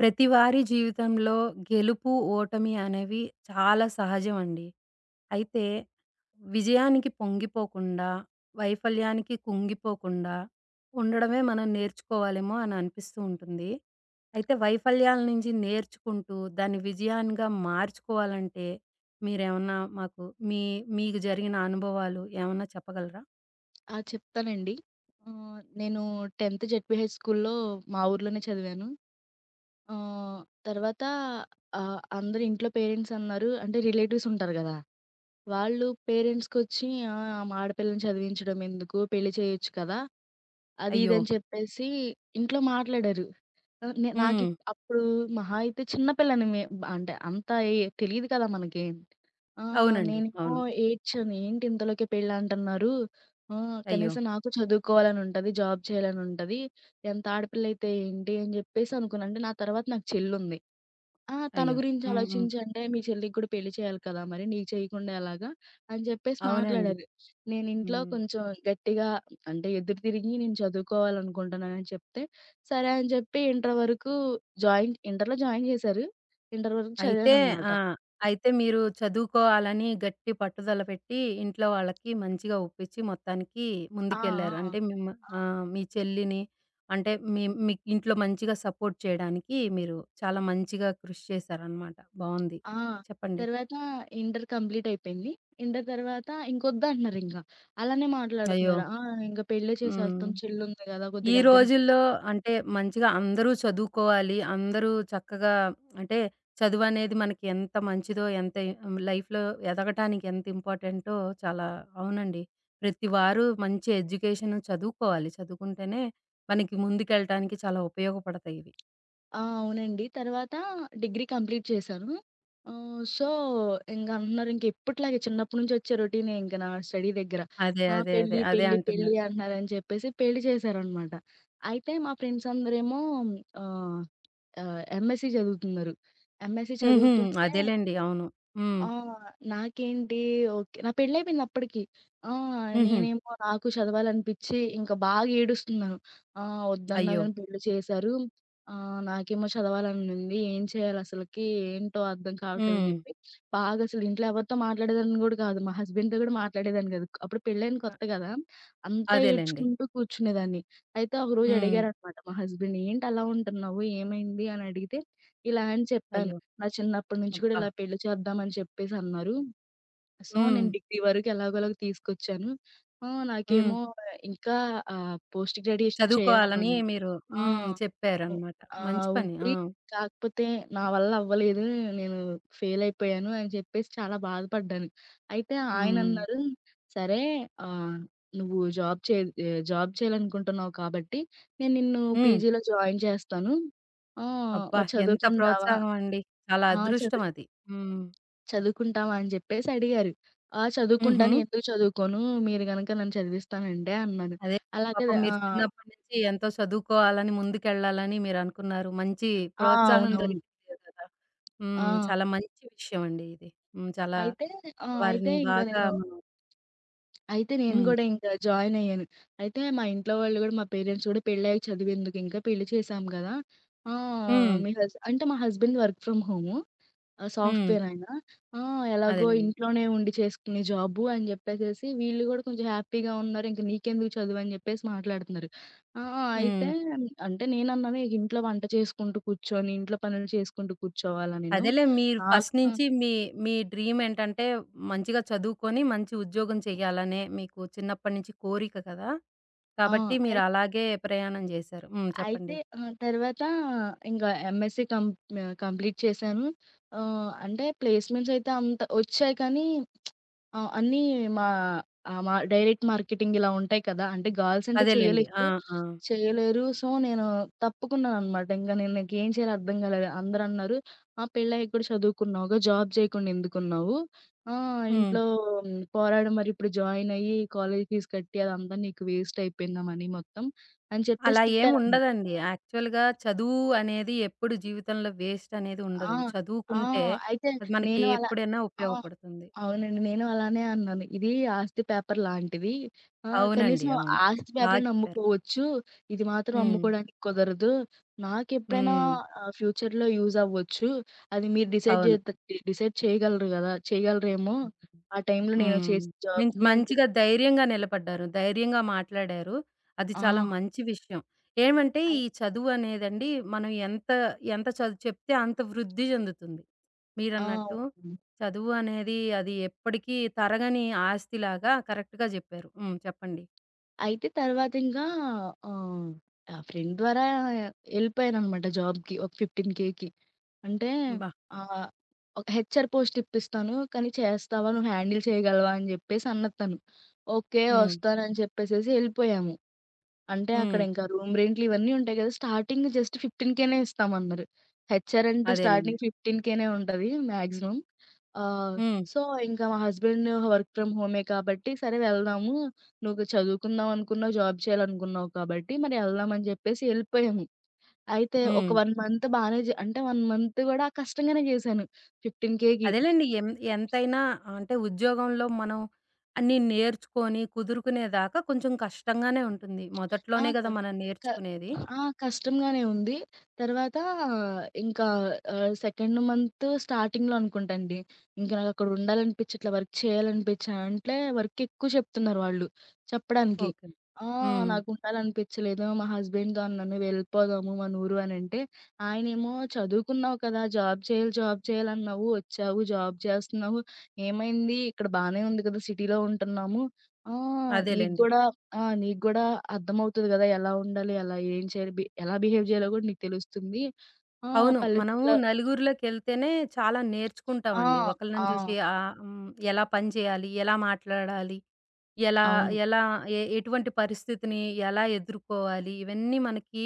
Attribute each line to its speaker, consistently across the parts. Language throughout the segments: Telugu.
Speaker 1: ప్రతి వారి జీవితంలో గెలుపు, ఓటమి అనేవి చాలా సహజమండి. అయితే విజయానికి పొంగిపోకుండా, వైఫల్యానికి కుంగిపోకుండా ఉండడమే మనం నేర్చుకోవాలేమో అని అనిపిస్తూ ఉంటుంది. అయితే వైఫల్యాల నుంచి నేర్చుకుంటూ దాన్ని విజయానిగా మార్చుకోవాలంటే మీరేమన్నా మాకు మీ మీకు జరిగిన అనుభవాలు ఏమన్నా చెప్పగలరా?
Speaker 2: ఆ! చెప్తానండి. నేను 10థ్ జెడ్పీహెచ్ స్కూల్‌లో మా ఊర్లోనే చదివాను. ఆహ్, తర్వాత అందరూ ఇంట్లో పేరెంట్స్ అన్నారు అంటే రిలేటివ్స్ ఉంటారు గదా! వాళ్ళు పేరెంట్స్‌కొచ్చి ఆమె ఆడపిల్లని చదివించడం ఎందుకు? పెళ్లి చేయొచ్చు కదా! అది ఇది
Speaker 1: అయ్యో!
Speaker 2: అని చెప్పేసి ఇంట్లో మాట్లాడారు. ఆహ్, నే
Speaker 1: హ్మ్.
Speaker 2: నాకిప్ అప్పుడు మహా అయితే చిన్న పిల్లని అంటే అంత ఏ తెలీదు కదా మనకి. ఆ!
Speaker 1: అవునండి.
Speaker 2: నేనేమో
Speaker 1: అవును.
Speaker 2: ఏడ్చాను. "ఏంటి ఇంతలోకే పెళ్ళంటన్నారు? ఆ!
Speaker 1: అయ్యో!
Speaker 2: కనీసం నాకు చదువుకోవాలనుంటది, జాబ్ చేయాలనుంటది. ఎంత ఆడపిల్లయితే ఏంటి?" అని జెప్పేసి అనుకున్నా. అంటే నా తర్వాత నాకు చెల్లుంది. ఆ! తన
Speaker 1: అయ్యో!
Speaker 2: గురించి
Speaker 1: హ్మ్. హ్మ్.
Speaker 2: ఆలోచించి అంటే, "మీ చెల్లికి గూడా పెళ్లి చేయాలి కదా! మరి నీకు చేయకుండా ఎలాగా?" అని చెప్పేసి
Speaker 1: అవునండి.
Speaker 2: మాట్లాడారు. నేను ఇంట్లో
Speaker 1: హ్మ్.
Speaker 2: కొంచెం గట్టిగా అంటే ఎదురు తిరిగి నేను చదువుకోవాలనుకుంటున్నానని చెప్తే, సరే అని చెప్పి ఇంటర్ వరకు ఇంటర్‌లో జాయిన్ జేశారు. ఇంటర్ వరకు
Speaker 1: అయితే
Speaker 2: చదివాననమాట.
Speaker 1: ఆ! అయితే మీరు చదువుకోవాలని గట్టి పట్టుదల పెట్టి, ఇంట్లో వాళ్ళకి మంచిగా ఒప్పించి మొత్తానికి
Speaker 2: ఆ! ఆ!
Speaker 1: ముందుకెళ్లారు. అంటే మిమ్మ
Speaker 2: ఆ!
Speaker 1: ఆ! మీ చెల్లిని అంటే మీకు ఇంట్లో మంచిగా సపోర్ట్ చేయడానికి మీరు చాలా మంచిగా కృషి చేశారనమాట. బావుంది.
Speaker 2: ఆ!
Speaker 1: చెప్పండి.
Speaker 2: తర్వాత ఇంటర్ కంప్లీట్ అయిపోయింది. ఇంటర్ తర్వాత ఇంకొద్దంటున్నారింక. అలానే
Speaker 1: అయ్యో!
Speaker 2: మాట్లాడుతున్నారు. ఆ! ఇంక పెళ్ళే
Speaker 1: హ్మ్.
Speaker 2: చేసేస్తాం చెల్లుంది గదా!
Speaker 1: ఈ
Speaker 2: కొద్దిగా అర్థం
Speaker 1: రోజుల్లో అంటే మంచిగా అందరూ చదువుకోవాలి. అందరూ చక్కగా అంటే చదువనేది మనకి ఎంత మంచిదో, ఎంత హ్మ్, లైఫ్‌లో ఎదగటానికి ఎంత ఇంపార్టెంటో చాలా అవునండి. ప్రతి వారు మంచి ఎడ్యుకేషన్ చదువుకోవాలి. చదువుకుంటేనే మనకి ముందుకెళ్ళటానికి చాలా ఉపయోగపడతాయి ఇవి.
Speaker 2: ఆ! అవునండి. తర్వాత డిగ్రీ కంప్లీట్ చేశాను. సో, ఇంక అంటున్నారు ఇంకెప్పట్లాగే చిన్నప్పటి నుంచి వచ్చే రొటీనే ఇంక నా స్టడీ దగ్గర.
Speaker 1: అదే.
Speaker 2: ఆ!
Speaker 1: అదే. అదే.
Speaker 2: పెళ్లి,
Speaker 1: అదే
Speaker 2: పెళ్లి, పెళ్లి
Speaker 1: అంటున్నారు.
Speaker 2: అంటున్నారని చెప్పేసి పెళ్లి చేశారనమాట. అయితే మా ఫ్రెండ్స్ అందరేమో ఆహ్, ఆహ్, ఎంఎస్సీ చదువుతున్నారు. ఎంఎస్సీ
Speaker 1: హుహు.
Speaker 2: చదువుతుంటే
Speaker 1: అదేలెండి. అవును. హ్మ్.
Speaker 2: ఆ! నాకేంటి ఓకే. నా పెళ్లయిపోయింది అప్పటికి. ఆ!
Speaker 1: హుహు.
Speaker 2: నేనేమో నాకు చదవాలనిపిచ్చి ఇంకా బాగా ఏడుస్తున్నాను. వద్దన్నా
Speaker 1: అయ్యో!
Speaker 2: గాని పెళ్లి చేశారు. నాకేమో చదవాలని ఉంది. ఏం చేయాలసలకి? ఏంటో అర్థం కావట్లేదని
Speaker 1: హ్మ్.
Speaker 2: జెప్పి, బాగా అసలు ఇంట్లో ఎవరితో మాట్లాడేదాన్ని గూడా కాదు. మా హస్బెండ్‌తో గూడా మాట్లాడేదాన్ని కాదు. అప్పుడు పెళ్లైన
Speaker 1: అ
Speaker 2: కొత్త గదా! అంతా
Speaker 1: అదేలెండి.
Speaker 2: ఏడ్చుకుంటూ కూర్చునేదాన్ని. అయితే ఒకరోజు
Speaker 1: హ్మ్.
Speaker 2: అడిగారనమాట మా హస్బెండ్, "ఏంటి అలా ఉంటున్నావు? ఏమైంది?" అని అడిగితే, ఇలా అని చెప్పాను.
Speaker 1: అయ్యో!
Speaker 2: నా చిన్నప్పటి నుంచి కూడా
Speaker 1: అబ్బా!
Speaker 2: ఇలా పెళ్లి చేద్దాం అని చెప్పేసన్నారు. సో,
Speaker 1: హ్మ్.
Speaker 2: నేను డిగ్రీ వరకు ఎలాగోలాగ తీసుకొచ్చాను.
Speaker 1: హ్మ్.
Speaker 2: నాకేమో ఇంకా పోస్ట్ గ్రాడ్యుయేషన్
Speaker 1: చదువుకోవాలని
Speaker 2: చేయాలనుంది.
Speaker 1: మీరు
Speaker 2: ఆ!
Speaker 1: హ్మ్.
Speaker 2: ఉ
Speaker 1: చెప్పారనమాట. మంచి పని. ఆ!
Speaker 2: ఉంది. కాకపోతే నా వల్ల అవ్వలేదు. నేను ఫెయిల్ అయిపోయాను అని చెప్పేసి చాలా బాధపడ్డాను. అయితే
Speaker 1: హ్మ్.
Speaker 2: ఆయనన్నారు, "సరే ఆహ్, నువ్వు జాబ్ చే ఆహ్, జాబ్ చేయాలనుకుంటున్నావు కాబట్టి నేను నిన్ను
Speaker 1: హ్మ్.
Speaker 2: పీజీలో జాయిన్ చేస్తాను.
Speaker 1: అబ్బా!
Speaker 2: మరి
Speaker 1: ఎంత
Speaker 2: చదువుకుంటావా?"
Speaker 1: ప్రోత్సాహం అండి. చాలా
Speaker 2: ఆ!
Speaker 1: అదృష్టం
Speaker 2: చదువు
Speaker 1: అది. హ్మ్.
Speaker 2: చదువుకుంటావా? అని జెప్పేసి అడిగారు. ఆ!
Speaker 1: హుహు.
Speaker 2: చదువుకుంటాను. ఎందుకు చదువుకోను? మీరు గనక నన్ను చదివిస్తానంటే అన్నాను.
Speaker 1: అదే
Speaker 2: అలాగే
Speaker 1: పాపం
Speaker 2: ఆ!
Speaker 1: మీరు చిన్నప్పటి నుంచి ఎంతో చదువుకోవాలని, ముందుకెళ్ళాలని మీరనుకున్నారు. మంచి
Speaker 2: ఆ!
Speaker 1: ప్రోత్సాహం
Speaker 2: అవునవును.
Speaker 1: దొరికింది కదా! హ్మ్.
Speaker 2: ఆ!
Speaker 1: చాలా మంచి విషయం అండి ఇది. హ్మ్. చాలా
Speaker 2: అయితే ఆ! అయితే
Speaker 1: వారిని
Speaker 2: ఇంక
Speaker 1: బాగా
Speaker 2: నేను
Speaker 1: మనం
Speaker 2: అయితే నేను
Speaker 1: హ్మ్.
Speaker 2: గూడా ఇంక జాయిన్ అయ్యాను. అయితే మా ఇంట్లో వాళ్ళు గూడా, మా పేరెంట్స్ గూడా "పెళ్ళయ్యాక చదువెందుకింకా? పెళ్లి చేశాం గదా! ఆ!
Speaker 1: హ్మ్.
Speaker 2: మీ హస్" అంటే మా హస్బెండ్ వర్క్ ఫ్రమ్ హోము. ఆ!
Speaker 1: హ్మ్.
Speaker 2: సాఫ్ట్‌వేర్ ఆయన. ఆ! ఎలాగో
Speaker 1: అదేలెండి.
Speaker 2: ఇంట్లోనే ఉండి చేసుకునే జాబు అని జెప్పేసేసి వీళ్ళు గూడా కొంచెం హ్యాపీగా ఉన్నారు. ఇంక నీకెందుకు చదువు అని జెప్పేసి మాట్లాడుతున్నారు. ఆ!
Speaker 1: హ్మ్.
Speaker 2: అయితే అంటే నేనన్నాను ఇంట్లో వంట చేసుకుంటూ కూర్చొని, ఇంట్లో పనులు చేసుకుంటూ కూర్చోవాలా నేను?
Speaker 1: అదేలే మీరు
Speaker 2: నాకు
Speaker 1: ఫస్ట్ నుంచి మీ, మీ డ్రీమ్ ఏంటంటే మంచిగా చదువుకొని మంచి ఉద్యోగం చేయాలనే మీకు చిన్నప్పటి నుంచి కోరిక కదా!
Speaker 2: ఆ!
Speaker 1: కాబట్టి
Speaker 2: అయి
Speaker 1: మీరు అలాగే ప్రయాణం చేశారు. హ్మ్.
Speaker 2: అయితే
Speaker 1: చెప్పండి.
Speaker 2: ఆ! తర్వాత ఇంక ఎంఎస్‌సీ కంప్లీట్ చేశాను. అంటే ప్లేస్‌మెంట్స్ అయితే అంత ఒచ్చాయి కానీ ఆ! అన్నీ మా మా డైరెక్ట్ మార్కెటింగ్ ఇలా ఉంటాయి కదా! అంటే గర్ల్స్ అంటే
Speaker 1: అదేలెండి. ఆ!
Speaker 2: చేయలేరు.
Speaker 1: ఆ!
Speaker 2: చేయలేరు. సో, నేను తప్పుకున్నాననమాట. ఇంక నేను నాకేం చేయాలో అర్థం కాలేదు. అందరన్నారు, "ఆ! పెళ్ళయ్యాక కూడా చదువుకున్నావుగా, జాబ్ చేయకుండా ఎందుకున్నావు? ఆ!
Speaker 1: హ్మ్.
Speaker 2: ఇంట్లో పోరాడి మరి ఇప్పుడు జాయిన్ అయ్యి, కాలేజ్ ఫీజ్ కట్టి అదంతా నీకు వేస్ట్ అయిపోయింది ఆ మనీ మొత్తం" అని చెప్పేసి
Speaker 1: అలా ఏమి
Speaker 2: తిట్టారనమాట.
Speaker 1: ఉండదండి. యాక్చువల్‌గా చదువు అనేది ఎప్పుడు జీవితంలో వేస్ట్ అనేది
Speaker 2: ఆ!
Speaker 1: ఉండదు.
Speaker 2: ఆ!
Speaker 1: చదువుకుంటే
Speaker 2: అయితే
Speaker 1: అది మనకి
Speaker 2: నేను అలా
Speaker 1: ఎప్పుడైనా
Speaker 2: ఆ!
Speaker 1: ఉపయోగపడుతుంది.
Speaker 2: అవునండి. నేను అలానే అన్నాను. ఇది ఆస్తి పేపర్ లాంటిది.
Speaker 1: అవునండి.
Speaker 2: కనీసం
Speaker 1: అవును.
Speaker 2: ఆస్తి
Speaker 1: బా
Speaker 2: పేపరే
Speaker 1: చెప్పారు.
Speaker 2: నమ్ముకోవచ్చు. ఇది మాత్రం
Speaker 1: హ్మ్.
Speaker 2: అమ్ముకోవడానికి కుదరదు. నాకెప్పుడైనా
Speaker 1: హ్మ్.
Speaker 2: ఫ్యూచర్‌లో యూజ్ అవ్వచ్చు. అది మీరు
Speaker 1: అవును.
Speaker 2: డిసైడ్ చేయగలరు గదా! చేయగలరేమో. ఆ టైంలో నేను
Speaker 1: హ్మ్.
Speaker 2: చేసే
Speaker 1: మీన్స్
Speaker 2: జాబ్‌ని అని చెప్పి
Speaker 1: మంచిగా ధైర్యంగా నిలబడ్డారు. ధైర్యంగా మాట్లాడారు. అది
Speaker 2: ఆ!
Speaker 1: చాలా మంచి విషయం. ఏమంటే
Speaker 2: అయి
Speaker 1: ఈ చదువు అనేదండి మనం ఎంత, ఎంత చదువు చెప్తే అంత వృద్ధి చెందుతుంది.
Speaker 2: ఆ!
Speaker 1: మీరన్నట్టు
Speaker 2: అవునండి.
Speaker 1: చదువు అనేది అది ఎప్పటికీ తరగని ఆస్తిలాగా కరెక్ట్‌గా చెప్పారు. హ్మ్. చెప్పండి.
Speaker 2: అయితే తర్వాత ఇంకా ఆహ్, ఆ ఫ్రెండ్ ద్వారా ఎళ్ళిపోయాననమాట జాబ్‌కి ఒక 15,000కి. అంటే
Speaker 1: అబ్బా!
Speaker 2: ఆహ్, ఒక హెచ్‌ఆర్ పోస్ట్ ఇప్పిస్తాను. కానీ చేస్తావా? నువ్వు హ్యాండిల్ చేయగలవా? అని జెప్పేసి అన్నది తను. ఓకే.
Speaker 1: హ్మ్.
Speaker 2: వస్తానని చెప్పేసేసి ఎళ్ళిపోయాము. అంటే అక్కడ
Speaker 1: హ్మ్.
Speaker 2: ఇంకా రూమ్ రెంట్లు ఇవన్నీ ఉంటాయి గదా! స్టార్టింగ్ జస్ట్ 15,000 ఇస్తామన్నారు. హెచ్‌ఆర్ అంటే
Speaker 1: అదేలెండి.
Speaker 2: స్టార్టింగ్ 15,000 ఉంటది మాక్సిమం. ఆహ్,
Speaker 1: హ్మ్.
Speaker 2: సో, ఇంకా మా హస్బెండ్ వర్క్ ఫ్రమ్ హోమే కాబట్టి సరే వెళ్దాము. నువ్వు చదువుకుందాం అనుకున్నావు, జాబ్ చేయాలనుకున్నావు కాబట్టి మరి ఎళ్దాం అని జెప్పేసి ఎళ్ళిపోయాము. అయితే ఒక
Speaker 1: హ్మ్.
Speaker 2: 1 మంత్ బానే జె అంటే 1 మంత్ గూడా కష్టంగానే జేశాను. 15,000కి
Speaker 1: అదేలెండి. ఎంతైనా అంటే ఉద్యోగంలో మనం అన్నీ నేర్చుకొని కుదురుకునేదాకా కొంచెం కష్టంగానే ఉంటుంది.
Speaker 2: ఆ!
Speaker 1: మొదట్లోనే
Speaker 2: క
Speaker 1: గదా! మనం
Speaker 2: క
Speaker 1: నేర్చుకునేది.
Speaker 2: ఆ! కష్టంగానే ఉంది. తర్వాత ఇంకా సెకండ్ మంత్ స్టార్టింగ్‌లో అనుకుంటండి. ఇంక నాకక్కడ ఉండాలనిపిచ్చి, ఇట్లా వర్క్ చేయాలనిపిచ్చి అంటే వర్క్ ఎక్కువ చెప్తున్నారు వాళ్ళు చెప్పడానికి.
Speaker 1: ఓకే.
Speaker 2: ఆ!
Speaker 1: హ్మ్.
Speaker 2: నాకు ఉండాలనిపిచ్చలేదు. మా హస్బెండ్‌తో అన్నాను వెళ్ళిపోదాము మన ఊరు అనంటే, ఆయనేమో చదువుకున్నావు కదా! జాబ్ చేయాలి, జాబ్ చేయాలన్నావు. వచ్చావు జాబ్ చేస్తున్నావు. ఏమైంది? ఇక్కడ బానే ఉంది కదా! సిటీలో ఉంటున్నాము. ఆ! నీకు
Speaker 1: అదేలెండి.
Speaker 2: గూడా ఆ! నీకు గూడా అర్థమవుతది గదా! ఎలా ఉండాలి? ఎలా ఏం చేయాలి? ఎలా బిహేవ్ జేయాలో గూడా నీకు తెలుస్తుంది. ఆ!
Speaker 1: అవును. మనము
Speaker 2: పల్లెటూరులో
Speaker 1: నలుగురిలోకెళ్తేనే చాలా
Speaker 2: ఆ!
Speaker 1: నేర్చుకుంటామండి. ఒకళ్ళని
Speaker 2: ఆ!
Speaker 1: చూసి ఆహ్, హ్మ్. ఎలా పని చేయాలి? ఎలా మాట్లాడాలి? ఎలా
Speaker 2: అవును.
Speaker 1: ఎలా ఎ ఎటువంటి పరిస్థితిని ఎలా ఎదుర్కోవాలి? ఇవన్నీ మనకి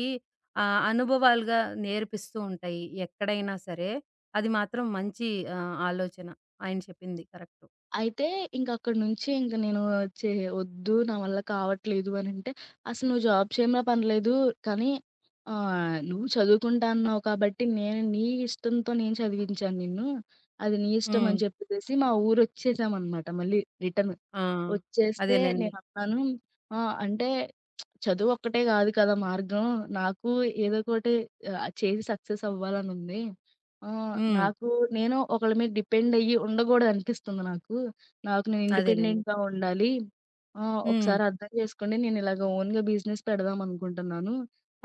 Speaker 1: ఆహ్, అనుభవాలుగా నేర్పిస్తూ ఉంటాయి. ఎక్కడైనా సరే. అది మాత్రం మంచి ఆహ్, ఆలోచన. ఆయన చెప్పింది కరెక్టు.
Speaker 2: అయితే ఇంకక్కడి నుంచి ఇంక నేను చే వద్దు. నా వల్ల కావట్లేదు అనంటే, "అసలు నువ్వు జాబ్ చేయమన్నా పనిలేదు. కానీ నువ్వు చదువుకుంటా అన్నావు కాబట్టి, నేను నీ ఇష్టంతో నేను చదివించాను నిన్ను. అది నీ ఇష్టం"
Speaker 1: హ్మ్.
Speaker 2: అని చెప్పేసేసి మా ఊరొచ్చేసామనమాట మళ్ళీ రిటర్న్.
Speaker 1: ఆ!
Speaker 2: వచ్చేస్తే
Speaker 1: అదేలెండి.
Speaker 2: నేనన్నాను ఆ! అంటే చదువొక్కటే గాదు కదా మార్గం. నాకు ఏదోకటి చేసి సక్సెస్ అవ్వాలనుంది.
Speaker 1: హ్మ్.
Speaker 2: నాకు నేను ఒకళ్ళ మీద డిపెండయ్యి ఉండగూడదనిపిస్తుంది నాకు. నాకు నేను
Speaker 1: అదేలెండి.
Speaker 2: ఇండిపెండెంట్‌గా ఉండాలి.
Speaker 1: హ్మ్.
Speaker 2: ఒకసారి అర్థం జేసుకోండి. నేనిలాగ ఓన్‌గా బిజినెస్ పెడదామనుకుంటున్నాను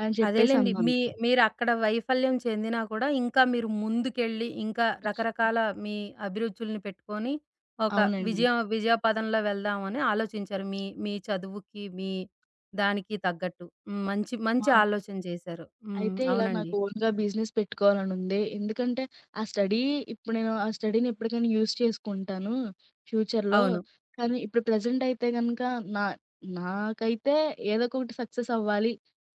Speaker 2: అని
Speaker 1: అదేలెండి.
Speaker 2: చెప్పేసన్నాను.
Speaker 1: మీ మీరక్కడ వైఫల్యం చెందినా కూడా ఇంకా మీరు ముందుకెళ్ళి, ఇంకా రకరకాల మీ అభిరుచుల్ని పెట్టుకొని, ఒక
Speaker 2: అవునండి.
Speaker 1: విజయపథంలో వెళ్దామని ఆలోచించారు. మీ మీ చదువుకి, మీ దానికి తగ్గట్టు. హ్మ్. మంచి మంచి
Speaker 2: ఆ!
Speaker 1: ఆలోచన చేశారు. హ్మ్.
Speaker 2: అయితే ఇలా
Speaker 1: అవునండి.
Speaker 2: నాకు ఓన్‌గా బిజినెస్ పెట్టుకోవాలనుంది. ఎందుకంటే, ఆ స్టడీ ఇప్పుడు నేను ఆ స్టడీని ఎప్పటికైనా యూజ్ చేసుకుంటాను ఫ్యూచర్‌లో.
Speaker 1: అవును.
Speaker 2: కానీ ఇప్పుడు ప్రెజెంట్ అయితే గనక నా నాకైతే ఏదో ఒకటి సక్సెస్ అవ్వాలి.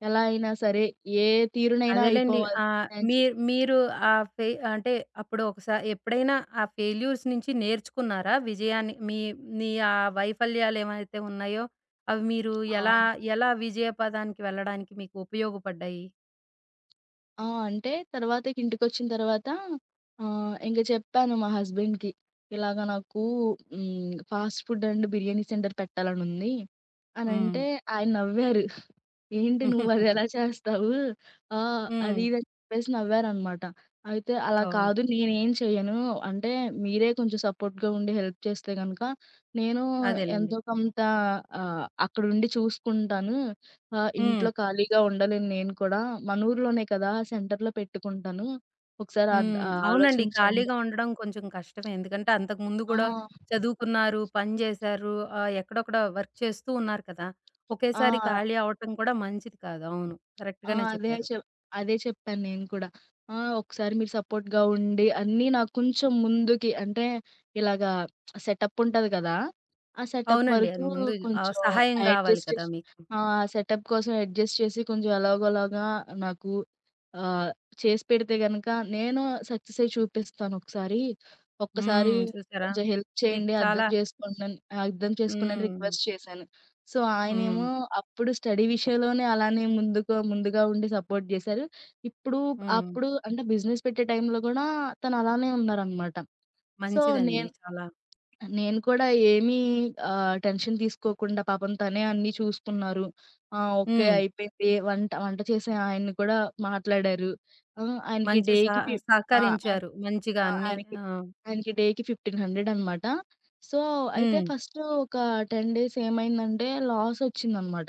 Speaker 2: ఎలా అయినా సరే, ఏ తీరునైనా
Speaker 1: అదేలెండి. ఆహ్,
Speaker 2: అయిపోవాల్సిందే అని
Speaker 1: మీ
Speaker 2: చెప్పి
Speaker 1: మీరు ఆ ఫె అంటే అప్పుడు ఒకసారి ఎప్పుడైనా ఆ ఫెయిల్యూర్స్ నుంచి నేర్చుకున్నారా? విజయాన్ని మీ మీ ఆ వైఫల్యాలు ఏమైతే ఉన్నాయో, అవి మీరు
Speaker 2: ఆ!
Speaker 1: ఎలా, ఎలా విజయ పదానికి వెళ్ళడానికి మీకు ఉపయోగపడ్డాయి?
Speaker 2: ఆ! అంటే తర్వాత ఇక ఇంటికొచ్చిన తర్వాత ఇంక చెప్పాను మా హస్బెండ్‌కి. ఇలాగ నాకు హ్మ్. Fast food and biryani center పెట్టాలనుంది
Speaker 1: హ్మ్.
Speaker 2: అనంటే ఆయన నవ్వారు. ఏంటి నువ్వదెలా చేస్తావు?
Speaker 1: హ్మ్.
Speaker 2: అది ఇది అని చెప్పేసి నవ్వారనమాట. అయితే అలా
Speaker 1: ఓహ్!
Speaker 2: కాదు నేనేం చెయ్యను. అంటే మీరే కొంచెం సపోర్ట్‌గా ఉండి హెల్ప్ చేస్తే గనక నేను
Speaker 1: అదేలెండి.
Speaker 2: ఎంతో కొంత అక్కడుండి చూసుకుంటాను.
Speaker 1: హ్మ్.
Speaker 2: ఇంట్లో ఖాళీగా ఉండలేను నేను కూడా. మన ఊర్లోనే కదా! సెంటర్‌లో పెట్టుకుంటాను. ఒకసారి
Speaker 1: హ్మ్. అవునండి.
Speaker 2: ఆలోచించండి.
Speaker 1: ఖాళీగా ఉండడం కొంచెం కష్టమే. ఎందుకంటే అంతకుముందు
Speaker 2: ఆ!
Speaker 1: కూడా చదువుకున్నారు, పని చేశారు, ఆహ్, ఎక్కడొక్కడ వర్క్ చేస్తూ ఉన్నారు కదా!
Speaker 2: ఆ!
Speaker 1: ఒకేసారి ఖాళీ అవ్వటం కూడా మంచిది కాదు. అవును.
Speaker 2: ఆ!
Speaker 1: కరెక్ట్‌గానే
Speaker 2: అదే
Speaker 1: చెప్పారు.
Speaker 2: చెప్ అదే చెప్పాను నేను కూడా. ఆ! ఒకసారి మీరు సపోర్ట్‌గా ఉండి అన్నీ నాకు కొంచెం ముందుకి అంటే ఇలాగా సెటప్ ఉంటది కదా! ఆ సెటప్
Speaker 1: అవునండి.
Speaker 2: వరకు
Speaker 1: అది ముందు ఆహ్,
Speaker 2: కొంచెం
Speaker 1: సహాయం కావాలి
Speaker 2: అడ్జస్ట్
Speaker 1: కదా
Speaker 2: చేసి
Speaker 1: మీకు.
Speaker 2: ఆ! సెటప్ కోసం అడ్జస్ట్ చేసి కొంచెం ఎలాగోలాగా నాకు ఆహ్, చేసి పెడితే గనక నేను సక్సెస్ అయ్యి చూపిస్తాను ఒకసారి. ఒక్కసారి
Speaker 1: హ్మ్. చూసారా?
Speaker 2: కొంచెం హెల్ప్
Speaker 1: మీకు
Speaker 2: చేయండి,
Speaker 1: చాలా
Speaker 2: అర్థం చేసుకోండి అని
Speaker 1: హ్మ్.
Speaker 2: రిక్వెస్ట్ చేశాను. సో,
Speaker 1: హ్మ్.
Speaker 2: ఆయనేమో అప్పుడు స్టడీ విషయంలోనే అలానే ముందుగా ఉండి సపోర్ట్ జేశారు. ఇప్పుడు
Speaker 1: హ్మ్.
Speaker 2: అప్పుడు అంటే బిజినెస్ పెట్టే టైంలో గూడా తను అలానే ఉన్నారనమాట. సో,
Speaker 1: మంచిదండి
Speaker 2: నేను
Speaker 1: చాలా.
Speaker 2: నేను కూడా ఏమీ టెన్షన్ తీసుకోకుండా పాపం తనే అన్నీ చూసుకున్నారు. ఆ! ఓకే.
Speaker 1: హ్మ్.
Speaker 2: అయిపోయింది. వంట వంట చేసే ఆయన్ని కూడా మాట్లాడారు. హ్మ్. ఆయనకి
Speaker 1: మంచి
Speaker 2: డేకి ఫి ఆ! ఆయ
Speaker 1: సహకరించారు. మంచిగా
Speaker 2: ఆ!
Speaker 1: అన్నీ.
Speaker 2: ఆయనకి
Speaker 1: ఆ!
Speaker 2: ఆయనకి డేకి 1500 అనమాట. సో, అయితే
Speaker 1: హ్మ్.
Speaker 2: ఫస్టు ఒక 10 డేస్ ఏమైందంటే లాసొచ్చిందనమాట.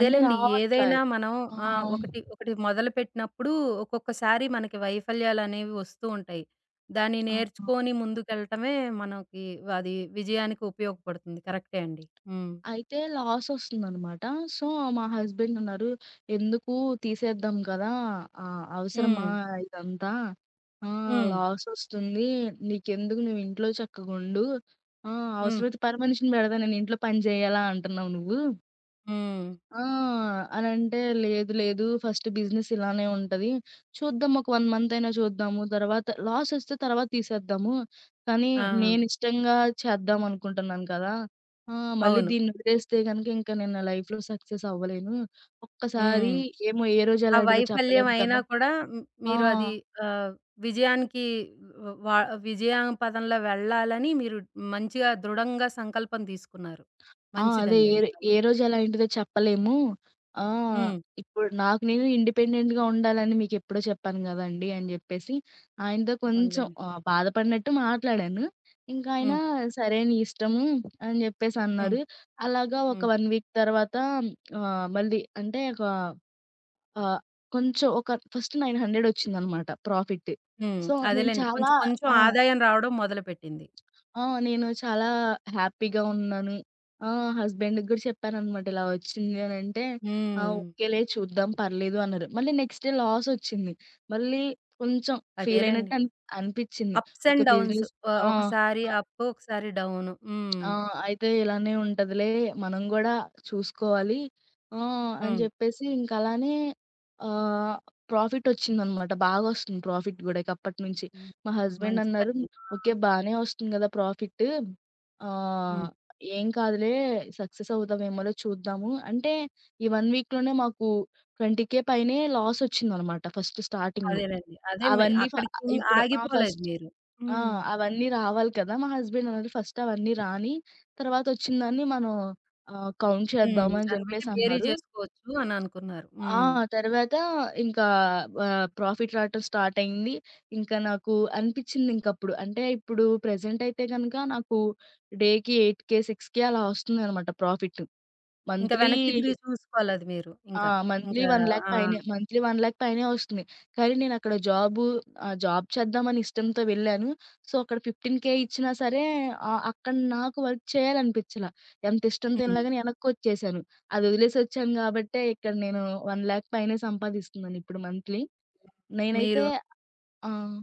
Speaker 2: అంటే రావట్లే.
Speaker 1: ఏదైనా మనం ఆహ్,
Speaker 2: ఆహ్,
Speaker 1: ఒకటి ఒకటి మొదలుపెట్టినప్పుడు ఒక్కొక్కసారి మనకి వైఫల్యాలనేవి వస్తూ ఉంటాయి. దాన్ని
Speaker 2: ఆహా!
Speaker 1: నేర్చుకొని ముందుకెళ్ళటమే మనకి అది విజయానికి ఉపయోగపడుతుంది. కరెక్టే అండి. హ్మ్.
Speaker 2: అయితే లాసొస్తుందనమాట. సో, మా హస్బెండ్ ఉన్నారు, "ఎందుకు తీసేద్దాం కదా! అవసరమా
Speaker 1: హ్మ్.
Speaker 2: ఇదంతా? ఆ!
Speaker 1: హ్మ్.
Speaker 2: లాసొస్తుంది. నీకెందుకు నువ్వు ఇంట్లో చక్కగుండు. ఆ!
Speaker 1: హ్మ్.
Speaker 2: అవసరమైతే పని మనిషిని పెడతా నేను ఇంట్లో పని చేయాలా అంటున్నావు నువ్వు?"
Speaker 1: హ్మ్.
Speaker 2: ఆ! అనంటే లేదు లేదు. ఫస్ట్ బిజినెస్ ఇలానే ఉంటది. చూద్దాం ఒక 1 మంత్ అయినా చూద్దాము. తర్వాత లాసొస్తే తర్వాత తీసేద్దాము. కానీ
Speaker 1: ఆ!
Speaker 2: నేనిష్టంగా చేద్దాం అనుకుంటున్నాను కదా! ఆ! మళ్ళీ
Speaker 1: అవును.
Speaker 2: దీన్ని వదిలేస్తే గనుక ఇంకా నేను నా లైఫ్‌లో సక్సెస్ అవ్వలేను. ఒక్కసారి
Speaker 1: హ్మ్.
Speaker 2: ఏమో ఏ రోజు
Speaker 1: ఆ
Speaker 2: ఎలాంటిదో
Speaker 1: వైఫల్యం
Speaker 2: చెప్పలేము
Speaker 1: అయినా
Speaker 2: కదా!
Speaker 1: కూడా హ్మ్,
Speaker 2: ఆ!
Speaker 1: మీరు అది ఆహ్, విజయానికి వ వ విజయం పదంలో వెళ్ళాలని మీరు మంచిగా దృఢంగా సంకల్పం తీసుకున్నారు.
Speaker 2: ఆ! అదే
Speaker 1: మంచిదండి
Speaker 2: ఏ
Speaker 1: అది
Speaker 2: రో
Speaker 1: చాలా.
Speaker 2: ఏ రోజు ఎలా ఏంటిదో చెప్పలేము. ఆ!
Speaker 1: హ్మ్.
Speaker 2: ఇప్పుడు నాకు నేను ఇండిపెండెంట్‌గా ఉండాలని మీకెప్పుడో చెప్పాను గదండీ! అని జెప్పేసి ఆయనతో కొంచెం
Speaker 1: పోనీలెండి.
Speaker 2: బాధపడినట్టు మాట్లాడాను. ఇంకా ఆయన
Speaker 1: హ్మ్.
Speaker 2: సరే నీ ఇష్టము అని జెప్పేసి
Speaker 1: హ్మ్.
Speaker 2: అన్నారు. అలాగా ఒక
Speaker 1: హ్మ్.
Speaker 2: 1 వీక్ తర్వాత ఆహ్, మళ్ళీ అంటే ఒక ఆహ్, కొంచెం ఒక ఫస్ట్ 900 వచ్చిందనమాట ప్రాఫిట్.
Speaker 1: హ్మ్.
Speaker 2: సో, నేను
Speaker 1: అదేలెండి.
Speaker 2: చాలా
Speaker 1: కొంచెం కొంచెం
Speaker 2: ఆ!
Speaker 1: ఆదాయం రావడం మొదలుపెట్టింది.
Speaker 2: ఆ! నేను చాలా హ్యాపీగా ఉన్నాను. ఆ! హస్బెండ్‌కి గూడా చెప్పాననమాట. ఇలా వచ్చింది అనంటే, "ఆ!
Speaker 1: హ్మ్.
Speaker 2: ఓకేలే చూద్దాం పర్లేదు" అన్నారు. మళ్ళీ నెక్స్ట్ డే లాసొచ్చింది. మళ్ళీ కొంచెం
Speaker 1: అదేలెండి.
Speaker 2: ఫీలయినట్టు అనిపిచ్చింది.
Speaker 1: అప్స్
Speaker 2: ఒక
Speaker 1: అండ్ డౌన్స్.
Speaker 2: బిజినెస్
Speaker 1: ఆహ్,
Speaker 2: ఆ!
Speaker 1: ఒకసారి
Speaker 2: ఆ!
Speaker 1: అప్, ఒకసారి డౌను. హ్మ్.
Speaker 2: ఆ! అయితే ఇలానే ఉంటదిలే మనం గూడా చూసుకోవాలి. అని
Speaker 1: హ్మ్.
Speaker 2: జెప్పేసి ఇంకలానే ఆహ్, ప్రాఫిటొచ్చిందనమాట. బాగొస్తుంది ప్రాఫిట్ గూడా ఇకప్పటి నుంచి.
Speaker 1: హ్మ్.
Speaker 2: మా హస్బెండ్
Speaker 1: మంచి
Speaker 2: అన్నారు,
Speaker 1: పని.
Speaker 2: "ఓకే. బానే వస్తుంది గదా! ప్రాఫిట్. ఆహ్,
Speaker 1: హ్మ్.
Speaker 2: ఏం కాదులే సక్సెస్ అవుతామేమోలే చూద్దాము." అంటే ఈ 1 వీక్‌లోనే మాకు 20,000 పైనే లాసొచ్చిందనమాట ఫస్ట్ స్టార్టింగు.
Speaker 1: అదేలెండి. అదే మీ
Speaker 2: అవన్నీ ఫ
Speaker 1: అక్కడికి
Speaker 2: ఇప్పుడు ఆ!
Speaker 1: ఆగిపోలేదు
Speaker 2: ఫస్ట్
Speaker 1: మీరు.
Speaker 2: ఆ!
Speaker 1: హ్మ్.
Speaker 2: అవన్నీ రావాలి కదా! మా హస్బెండ్ అన్నాడు ఫస్ట్ అవన్నీ రాని, తర్వాతొచ్చిందాన్ని మనం కౌంట్
Speaker 1: హ్మ్.
Speaker 2: చేద్దాం అని
Speaker 1: దాన్ని బట్టి
Speaker 2: చెప్పేసి
Speaker 1: బేరీ
Speaker 2: అన్నారు.
Speaker 1: చేసుకోవచ్చు అని అనుకున్నారు.
Speaker 2: ఆ!
Speaker 1: హ్మ్.
Speaker 2: తర్వాత ఇంకా ప్రాఫిట్ రావటం స్టార్ట్ అయింది. ఇంకా నాకు అనిపిచ్చిందింకప్పుడు. అంటే ఇప్పుడు ప్రెజెంట్ అయితే గనక నాకు డేకి 8,000, 6,000 అలా వస్తుందనమాట ప్రాఫిట్.
Speaker 1: ఇంకా
Speaker 2: మంత్లీ
Speaker 1: వెనక్కి తిరిగి చూసుకోవాలి అది మీరు.
Speaker 2: ఆ!
Speaker 1: ఇంకా.
Speaker 2: మంత్లీ
Speaker 1: ఇంకా
Speaker 2: 1,00,000
Speaker 1: ఆ!
Speaker 2: పైనే. మంత్లీ 1,00,000 పైనే వస్తుంది. కానీ నేనక్కడ జాబ్ చేద్దామని ఇష్టంతో వెళ్ళాను. సో, అక్కడ 15,000 ఇచ్చినా సరే అక్కడ నాకు వర్క్ చేయాలనిపిచ్చలా. ఎంత ఇష్టంతో
Speaker 1: హ్మ్.
Speaker 2: వెళ్ళినా గాని ఎనక్కొచ్చేసాను. అది వదిలేసి వచ్చాను కాబట్టే ఇక్కడ నేను 1,00,000 పైనే సంపాదిస్తున్నాను ఇప్పుడు మంత్లీ. నేనైతే
Speaker 1: మీరు
Speaker 2: ఆహ్,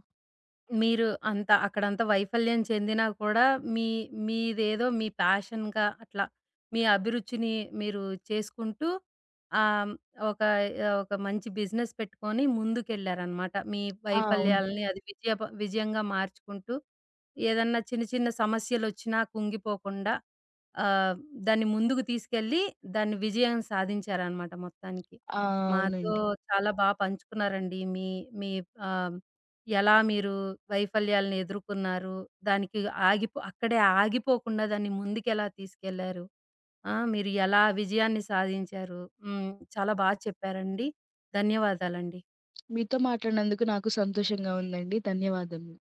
Speaker 1: మీరు అంత అక్కడంత వైఫల్యం చెందినా కూడా మీ మీదేదో మీ ప్యాషన్‌గా అట్లా మీ అభిరుచిని మీరు చేసుకుంటూ ఆహ్, ఒక ఆహ్, ఒక మంచి బిజినెస్ పెట్టుకొని ముందుకెళ్లారనమాట. మీ
Speaker 2: ఆ! అవును.
Speaker 1: వైఫల్యాలని అది విజయంగా మార్చుకుంటూ ఏదన్నా చిన్న చిన్న సమస్యలొచ్చినా కుంగిపోకుండా ఆహ్, దాన్ని ముందుకు తీసుకెళ్ళి దాన్ని విజయం సాధించారనమాట మొత్తానికి.
Speaker 2: ఆ!
Speaker 1: మాతో
Speaker 2: అవునండి.
Speaker 1: చాలా బా పంచుకున్నారండి మీ మీ ఆహ్, ఎలా మీరు వైఫల్యాలను ఎదుర్కొన్నారు? దానికి అక్కడే ఆగిపోకుండా దాన్ని ముందుకెలా తీసుకెళ్లారు? ఆ! మీరు ఎలా విజయాన్ని సాధించారు? హ్మ్. చాలా బా చెప్పారండి. ధన్యవాదాలండి.
Speaker 2: మీతో మాట్లాడినందుకు నాకు సంతోషంగా ఉందండి. ధన్యవాదములు.